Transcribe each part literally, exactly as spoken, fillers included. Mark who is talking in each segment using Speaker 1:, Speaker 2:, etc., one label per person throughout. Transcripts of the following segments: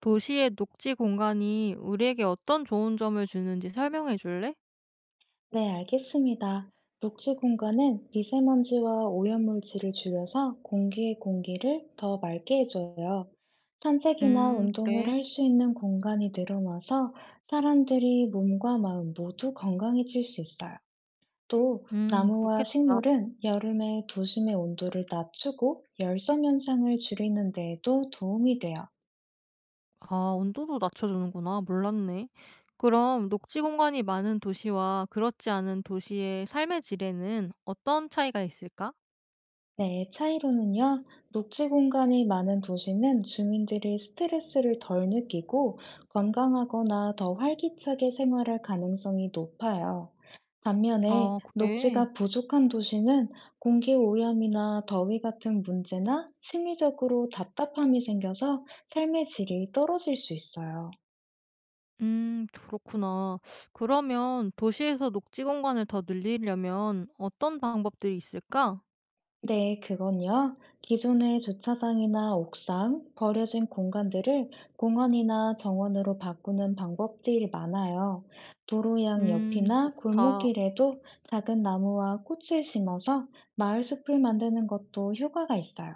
Speaker 1: 도시의 녹지 공간이 우리에게 어떤 좋은 점을 주는지 설명해 줄래?
Speaker 2: 네, 알겠습니다. 녹지 공간은 미세먼지와 오염물질을 줄여서 공기의 공기를 더 맑게 해줘요. 산책이나
Speaker 1: 음,
Speaker 2: 운동을
Speaker 1: 그래.
Speaker 2: 할 수 있는 공간이 늘어나서 사람들이 몸과 마음 모두 건강해질 수 있어요. 또,
Speaker 1: 음,
Speaker 2: 나무와
Speaker 1: 그렇겠다.
Speaker 2: 식물은 여름에 도심의 온도를 낮추고 열선 현상을 줄이는 데에도 도움이 돼요.
Speaker 1: 아, 온도도 낮춰주는구나. 몰랐네. 그럼 녹지 공간이 많은 도시와 그렇지 않은 도시의 삶의 질에는 어떤 차이가 있을까?
Speaker 2: 네, 차이로는요, 녹지 공간이 많은 도시는 주민들이 스트레스를 덜 느끼고 건강하거나 더 활기차게 생활할 가능성이 높아요. 반면에
Speaker 1: 아, 그래.
Speaker 2: 녹지가 부족한 도시는 공기 오염이나 더위 같은 문제나 심리적으로 답답함이 생겨서 삶의 질이 떨어질 수 있어요.
Speaker 1: 음, 그렇구나. 그러면 도시에서 녹지 공간을 더 늘리려면 어떤 방법들이 있을까?
Speaker 2: 네, 그건요. 기존의 주차장이나 옥상, 버려진 공간들을 공원이나 정원으로 바꾸는 방법들이 많아요. 도로양
Speaker 1: 음, 그거
Speaker 2: 옆이나
Speaker 1: 좋다.
Speaker 2: 골목길에도 작은 나무와 꽃을 심어서 마을 숲을 만드는 것도 효과가 있어요.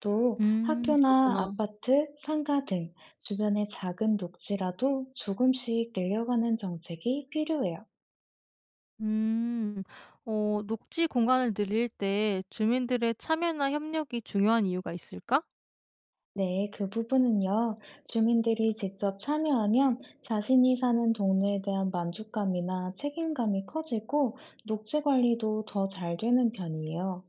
Speaker 2: 또
Speaker 1: 음,
Speaker 2: 학교나
Speaker 1: 그렇구나.
Speaker 2: 아파트, 상가 등 주변의 작은 녹지라도 조금씩 늘려가는 정책이 필요해요.
Speaker 1: 음, 어, 녹지 공간을 늘릴 때 주민들의 참여나 협력이 중요한 이유가 있을까?
Speaker 2: 네, 그 부분은요. 주민들이 직접 참여하면 자신이 사는 동네에 대한 만족감이나 책임감이 커지고 녹지 관리도 더 잘 되는 편이에요.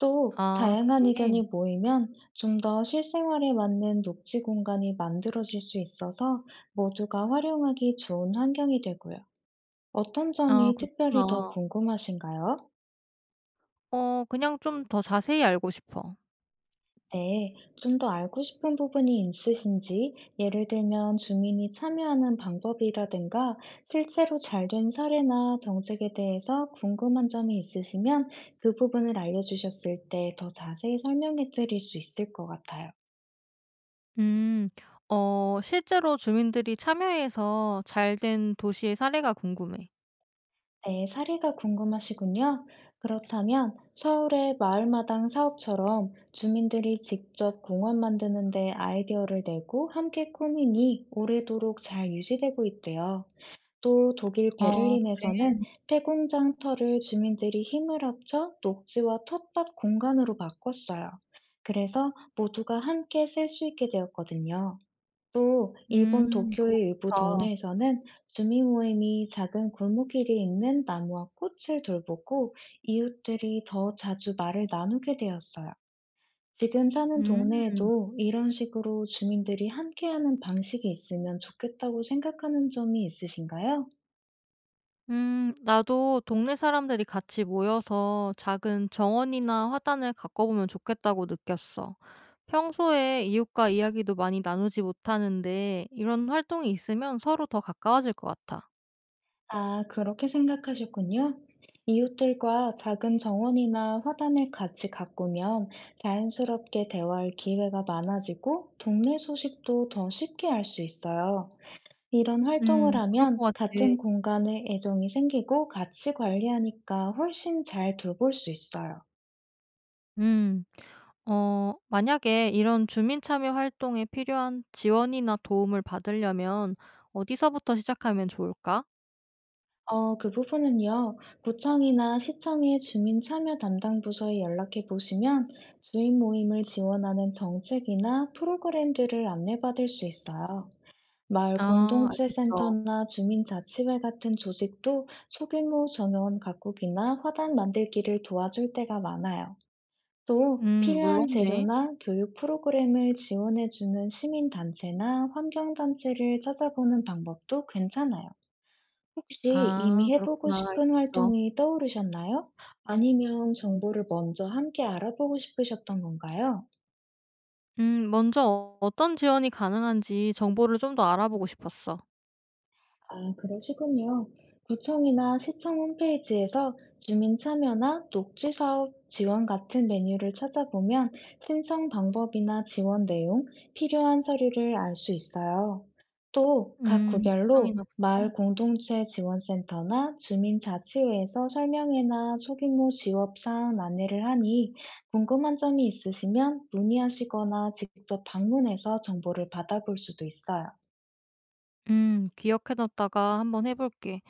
Speaker 2: 또
Speaker 1: 아,
Speaker 2: 다양한 의견이
Speaker 1: 그래.
Speaker 2: 모이면 좀 더 실생활에 맞는 녹지 공간이 만들어질 수 있어서 모두가 활용하기 좋은 환경이 되고요. 어떤
Speaker 1: 아,
Speaker 2: 점이 특별히 더
Speaker 1: 그렇구나.
Speaker 2: 궁금하신가요?
Speaker 1: 어, 그냥 좀 더 자세히 알고 싶어.
Speaker 2: 네, 좀 더 알고 싶은 부분이 있으신지, 예를 들면 주민이 참여하는 방법이라든가, 실제로 잘 된 사례나 정책에 대해서 궁금한 점이 있으시면 그 부분을 알려주셨을 때 더 자세히 설명해 드릴 수 있을 것 같아요.
Speaker 1: 음, 어, 실제로 주민들이 참여해서 잘된 도시의 사례가 궁금해.
Speaker 2: 네, 사례가 궁금하시군요. 그렇다면 서울의 마을마당 사업처럼 주민들이 직접 공원 만드는데 아이디어를 내고 함께 꾸미니 오래도록 잘 유지되고 있대요. 또 독일
Speaker 1: 어, 그래.
Speaker 2: 베를린에서는 폐공장 터를 주민들이 힘을 합쳐 녹지와 텃밭 공간으로 바꿨어요. 그래서 모두가 함께 쓸 수 있게 되었거든요. 또 일본
Speaker 1: 음, 그거
Speaker 2: 도쿄의 일부
Speaker 1: 좋다.
Speaker 2: 동네에서는 주민 모임이 작은 골목길에 있는 나무와 꽃을 돌보고 이웃들이 더 자주 말을 나누게 되었어요. 지금 사는
Speaker 1: 음.
Speaker 2: 동네에도 이런 식으로 주민들이 함께하는 방식이 있으면 좋겠다고 생각하는 점이 있으신가요?
Speaker 1: 음, 나도 동네 사람들이 같이 모여서 작은 정원이나 화단을 가꿔보면 좋겠다고 느꼈어. 평소에 이웃과 이야기도 많이 나누지 못하는데 이런 활동이 있으면 서로 더 가까워질 것 같아.
Speaker 2: 아, 그렇게 생각하셨군요. 이웃들과 작은 정원이나 화단을 같이 가꾸면 자연스럽게 대화할 기회가 많아지고 동네 소식도 더 쉽게 알 수 있어요. 이런 활동을
Speaker 1: 음, 그럴
Speaker 2: 하면
Speaker 1: 것 같아.
Speaker 2: 같은 공간에 애정이 생기고 같이 관리하니까 훨씬 잘 돌볼 수 있어요.
Speaker 1: 음, 어, 만약에 이런 주민 참여 활동에 필요한 지원이나 도움을 받으려면 어디서부터 시작하면 좋을까?
Speaker 2: 어, 그 부분은요, 구청이나 시청의 주민 참여 담당 부서에 연락해 보시면 주민 모임을 지원하는 정책이나 프로그램들을 안내받을 수 있어요. 마을
Speaker 1: 아,
Speaker 2: 공동체
Speaker 1: 알겠어.
Speaker 2: 센터나 주민자치회 같은 조직도 소규모 정원 가꾸기나 화단 만들기를 도와줄 때가 많아요. 또
Speaker 1: 음,
Speaker 2: 필요한
Speaker 1: 몰랐네.
Speaker 2: 재료나 교육 프로그램을 지원해주는 시민단체나 환경단체를 찾아보는 방법도 괜찮아요. 혹시
Speaker 1: 아,
Speaker 2: 이미 해보고
Speaker 1: 그렇구나.
Speaker 2: 싶은
Speaker 1: 알겠어.
Speaker 2: 활동이 떠오르셨나요? 아니면 정보를 먼저 함께 알아보고 싶으셨던 건가요?
Speaker 1: 음 먼저 어떤 지원이 가능한지 정보를 좀 더 알아보고 싶었어.
Speaker 2: 아, 그러시군요. 구청이나 시청 홈페이지에서 주민 참여나 녹지 사업 지원 같은 메뉴를 찾아보면 신청 방법이나 지원 내용, 필요한 서류를 알 수 있어요. 또 각
Speaker 1: 음
Speaker 2: 구별로
Speaker 1: 시청이나 구청?
Speaker 2: 마을 공동체 지원센터나 주민 자치회에서 설명회나 소규모 지원 사항 안내를 하니 궁금한 점이 있으시면 문의하시거나 직접 방문해서 정보를 받아볼 수도 있어요.
Speaker 1: 음 기억해 놨다가 한번 해 볼게.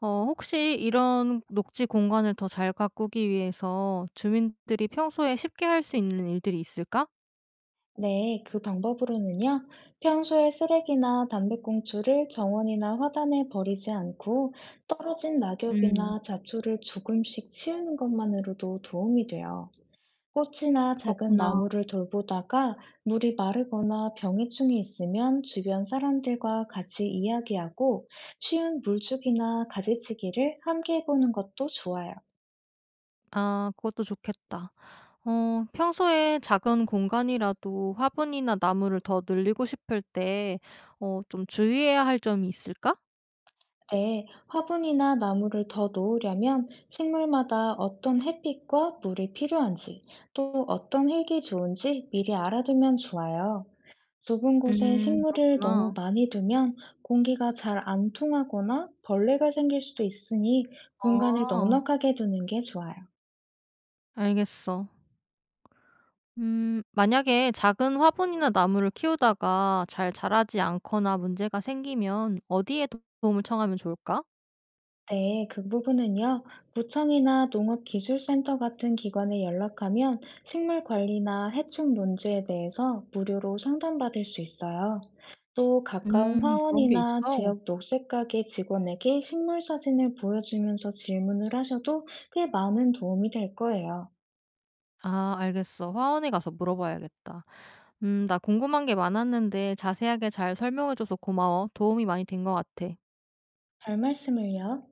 Speaker 1: 어, 혹시 이런 녹지 공간을 더 잘 가꾸기 위해서 주민들이 평소에 쉽게 할 수 있는 일들이 있을까?
Speaker 2: 네, 그 방법으로는요, 평소에 쓰레기나 담배꽁초를 정원이나 화단에 버리지 않고 떨어진
Speaker 1: 음
Speaker 2: 낙엽이나 잡초를 조금씩 치우는 것만으로도 도움이 돼요. 꽃이나 작은
Speaker 1: 그렇구나.
Speaker 2: 나무를 돌보다가 물이 마르거나 병해충이 있으면 주변 사람들과 같이 이야기하고 쉬운 물주기나 가지치기를 함께 해보는 것도 좋아요.
Speaker 1: 아, 그것도 좋겠다. 어, 평소에 작은 공간이라도 화분이나 나무를 더 늘리고 싶을 때 어, 좀 주의해야 할 점이 있을까?
Speaker 2: 네, 화분이나 나무를 더 놓으려면 식물마다 어떤 햇빛과 물이 필요한지, 또 어떤 흙이 좋은지 미리 알아두면 좋아요. 좁은 곳에
Speaker 1: 음
Speaker 2: 식물을 너무
Speaker 1: 그렇구나.
Speaker 2: 많이 두면 공기가 잘 안 통하거나 벌레가 생길 수도 있으니 공간을
Speaker 1: 아.
Speaker 2: 넉넉하게 두는 게 좋아요.
Speaker 1: 알겠어. 음, 만약에 작은 화분이나 나무를 키우다가 잘 자라지 않거나 문제가 생기면 어디에 도- 도움을 청하면 좋을까?
Speaker 2: 네, 그 부분은요, 구청이나 농업기술센터 같은 기관에 연락하면 식물 관리나 해충 문제에 대해서 무료로 상담받을 수 있어요. 또 가까운
Speaker 1: 음, 그런 게
Speaker 2: 화원이나
Speaker 1: 있어.
Speaker 2: 지역 녹색가게 직원에게 식물 사진을 보여주면서 질문을 하셔도 꽤 많은 도움이 될 거예요.
Speaker 1: 아, 알겠어. 화원에 가서 물어봐야겠다. 음, 나 궁금한 게 많았는데 자세하게 잘 설명해줘서 고마워. 도움이 많이 된 것 같아.
Speaker 2: 별 말씀을요.